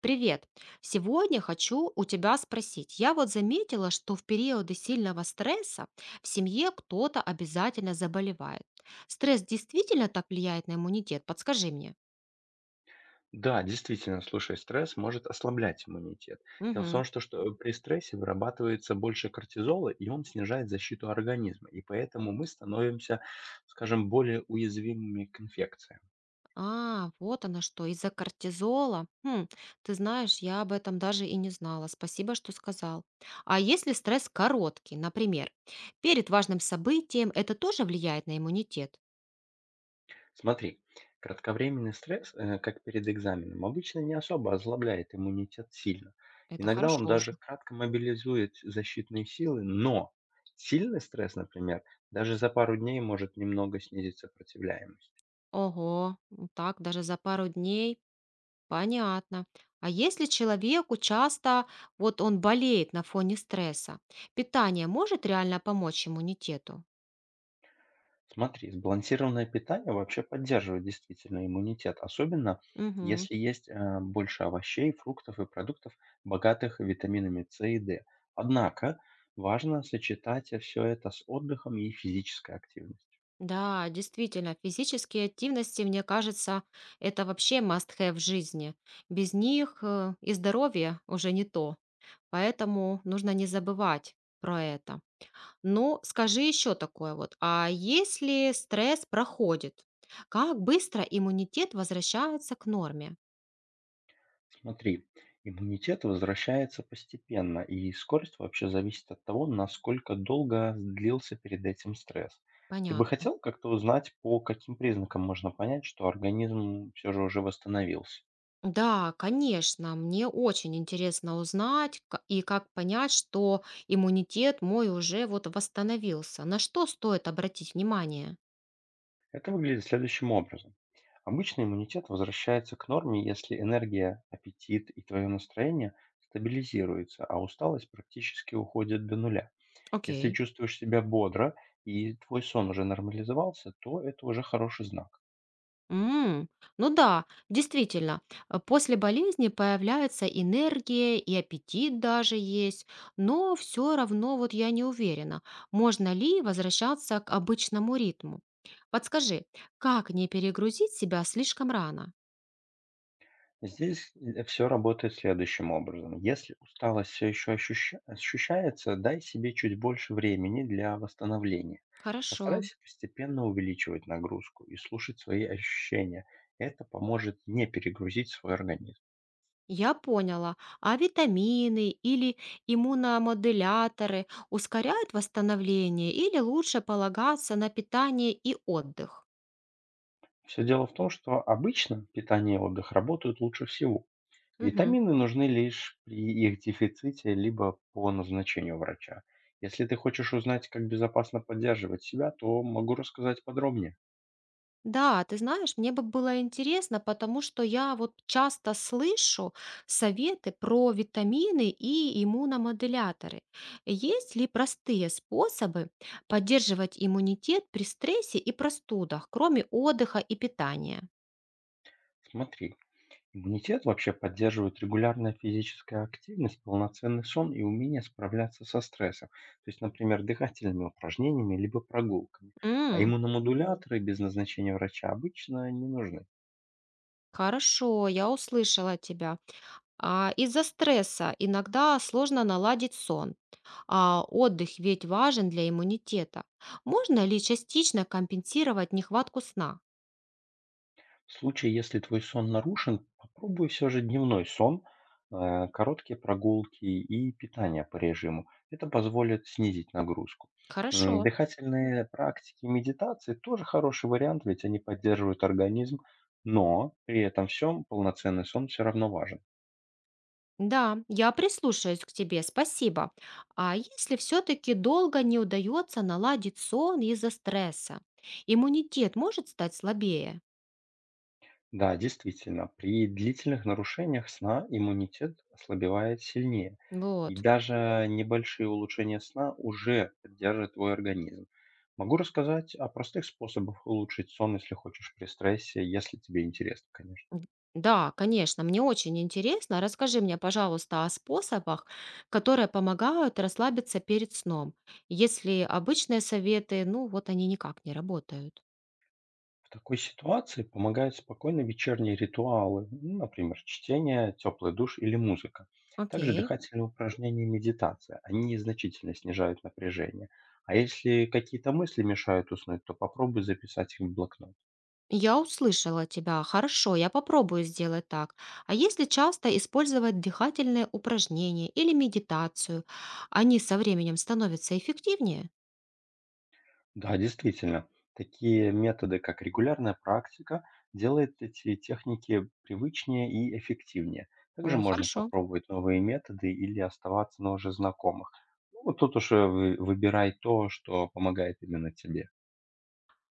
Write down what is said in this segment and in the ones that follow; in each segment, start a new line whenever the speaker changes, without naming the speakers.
Привет! Сегодня хочу у тебя спросить. Я вот заметила, что в периоды сильного стресса в семье кто-то обязательно заболевает. Стресс действительно так влияет на иммунитет? Подскажи мне.
Да, действительно, слушай, стресс может ослаблять иммунитет. Дело в том,
Мгм.
что при стрессе вырабатывается больше кортизола, и он снижает защиту организма, и поэтому мы становимся, скажем, более уязвимыми к инфекциям.
А, вот оно что, из-за кортизола. Хм, ты знаешь, я об этом даже и не знала. Спасибо, что сказал. А если стресс короткий, например, перед важным событием, это тоже влияет на иммунитет?
Смотри, кратковременный стресс, как перед экзаменом, обычно не особо ослабляет иммунитет сильно.
Это
Иногда он
хорошо
даже
уже.
кратко мобилизует защитные силы, но сильный стресс, например, даже за пару дней может немного снизить сопротивляемость.
Ого, м, так даже за пару дней. Понятно. А если человеку часто вот он болеет на фоне стресса, питание может реально помочь иммунитету?
Смотри, сбалансированное питание вообще поддерживает действительно иммунитет, особенно
Мгм.
если есть больше овощей, фруктов и продуктов, богатых витаминами С и Д. Однако важно сочетать все это с отдыхом и физической активностью.
Да, действительно, физические активности, мне кажется, это вообще must-have в жизни. Без них и здоровье уже не то. Поэтому нужно не забывать про это. Ну, скажи еще такое вот. А если стресс проходит, как быстро иммунитет возвращается к норме?
Смотри, иммунитет возвращается постепенно, и скорость вообще зависит от того, насколько долго длился перед этим стресс. Ты бы
Понятно.
хотел как-то узнать, по каким признакам можно понять, что организм все же уже восстановился?
Да, конечно, мне очень интересно узнать и как понять, что иммунитет мой уже вот восстановился. На что стоит обратить внимание?
Это выглядит следующим образом. Обычно иммунитет возвращается к норме, если энергия, аппетит и твое настроение стабилизируются, а усталость практически уходит до нуля. Если
Окей.
чувствуешь себя бодро и твой сон уже нормализовался, то это уже хороший знак.
М, ну да, действительно, после болезни появляется энергия и аппетит даже есть, но все равно вот я не уверена, можно ли возвращаться к обычному ритму. Подскажи, как не перегрузить себя слишком рано?
Здесь все работает следующим образом. Если усталость все еще ощущается, дай себе чуть больше времени для восстановления.
Хорошо.
Постарайся постепенно увеличивать нагрузку и слушать свои ощущения. Это поможет не перегрузить свой организм.
Я поняла. А витамины или иммуномодуляторы ускоряют восстановление или лучше полагаться на питание и отдых?
Все дело в том, что обычно питание и отдых работают лучше всего.
Мгм.
Витамины нужны лишь при их дефиците, либо по назначению врача. Если ты хочешь узнать, как безопасно поддерживать себя, то могу рассказать подробнее.
Да, ты знаешь, мне бы было интересно, потому что я вот часто слышу советы про витамины и иммуномодуляторы. Есть ли простые способы поддерживать иммунитет при стрессе и простудах, кроме отдыха и питания?
Смотри, иммунитет вообще поддерживает регулярная физическая активность, полноценный сон и умение справляться со стрессом. То есть, например, дыхательными упражнениями либо прогулками. А
М,
иммуномодуляторы без назначения врача обычно не нужны.
хорошо, я услышала тебя. А, из-за стресса иногда сложно наладить сон, а отдых ведь важен для иммунитета. Можно ли частично компенсировать нехватку сна?
В случае, если твой сон нарушен, попробуй все же дневной сон, короткие прогулки и питание по режиму. Это позволит снизить нагрузку.
Хорошо.
Дыхательные практики и медитации тоже хороший вариант, ведь они поддерживают организм, но при этом всем полноценный сон все равно важен.
Да, я прислушаюсь к тебе, спасибо. А если все-таки долго не удается наладить сон из-за стресса, иммунитет может стать слабее?
Да, действительно, при длительных нарушениях сна иммунитет ослабевает сильнее, и
Вот.
даже небольшие улучшения сна уже поддерживают твой организм. Могу рассказать о простых способах улучшить сон, если хочешь, при стрессе, если тебе интересно, конечно.
М, да, конечно, мне очень интересно. Расскажи мне, пожалуйста, о способах, которые помогают расслабиться перед сном, если обычные советы, ну вот они никак не работают.
В такой ситуации помогают спокойно вечерние ритуалы, ну, например, чтение, теплый душ или музыка. Также
Окей.
дыхательные упражнения и медитация. Они значительно снижают напряжение. А если какие-то мысли мешают уснуть, то попробуй записать их в блокнот.
Я услышала тебя. Хорошо, я попробую сделать так. А если часто использовать дыхательные упражнения или медитацию, они со временем становятся эффективнее?
Да, действительно, такие методы, как регулярная практика, делают эти техники привычнее и эффективнее. Также
О,
можно
хорошо.
попробовать новые методы или оставаться на уже знакомых. Ну, вот тут уж выбирай то, что помогает именно тебе.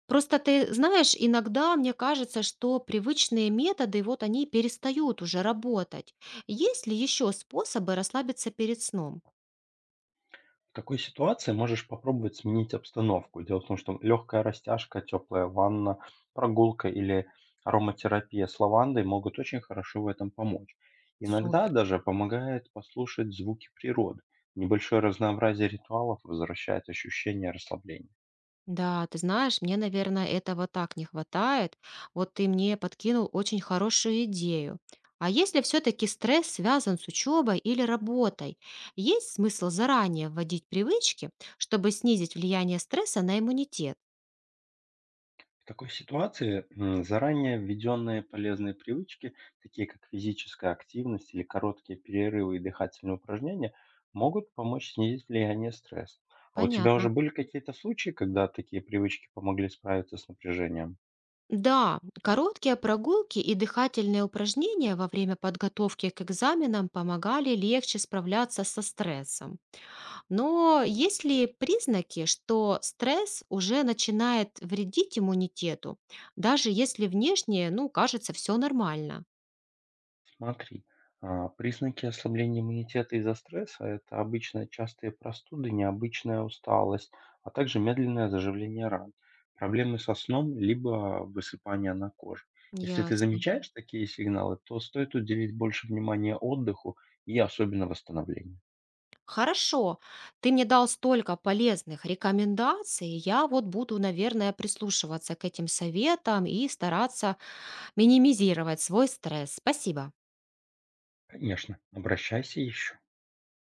Просто ты знаешь, иногда мне кажется, что привычные методы, вот они перестают уже работать. Есть ли еще способы расслабиться перед сном?
В такой ситуации можешь попробовать сменить обстановку. Дело в том, что легкая растяжка, теплая ванна, прогулка или ароматерапия с лавандой могут очень хорошо в этом помочь. Иногда
Супер.
даже помогает послушать звуки природы. Небольшое разнообразие ритуалов возвращает ощущение расслабления.
Да, ты знаешь, мне, наверное, этого так не хватает. Вот ты мне подкинул очень хорошую идею. А если все-таки стресс связан с учебой или работой, есть смысл заранее вводить привычки, чтобы снизить влияние стресса на иммунитет?
В такой ситуации заранее введенные полезные привычки, такие как физическая активность или короткие перерывы и дыхательные упражнения, могут помочь снизить влияние стресса. А у тебя
Понятно.
уже были какие-то случаи, когда такие привычки помогли справиться с напряжением?
Да, короткие прогулки и дыхательные упражнения во время подготовки к экзаменам помогали легче справляться со стрессом. Но есть ли признаки, что стресс уже начинает вредить иммунитету, даже если внешне, ну, кажется, все нормально?
Смотри, признаки ослабления иммунитета из-за стресса — это обычно частые простуды, необычная усталость, а также медленное заживление ран, проблемы со сном, либо высыпание на коже. Если ты
Ясно.
замечаешь такие сигналы, то стоит уделить больше внимания отдыху и особенно восстановлению.
Хорошо, ты мне дал столько полезных рекомендаций, я вот буду, наверное, прислушиваться к этим советам и стараться минимизировать свой стресс. Спасибо.
Конечно, обращайся еще.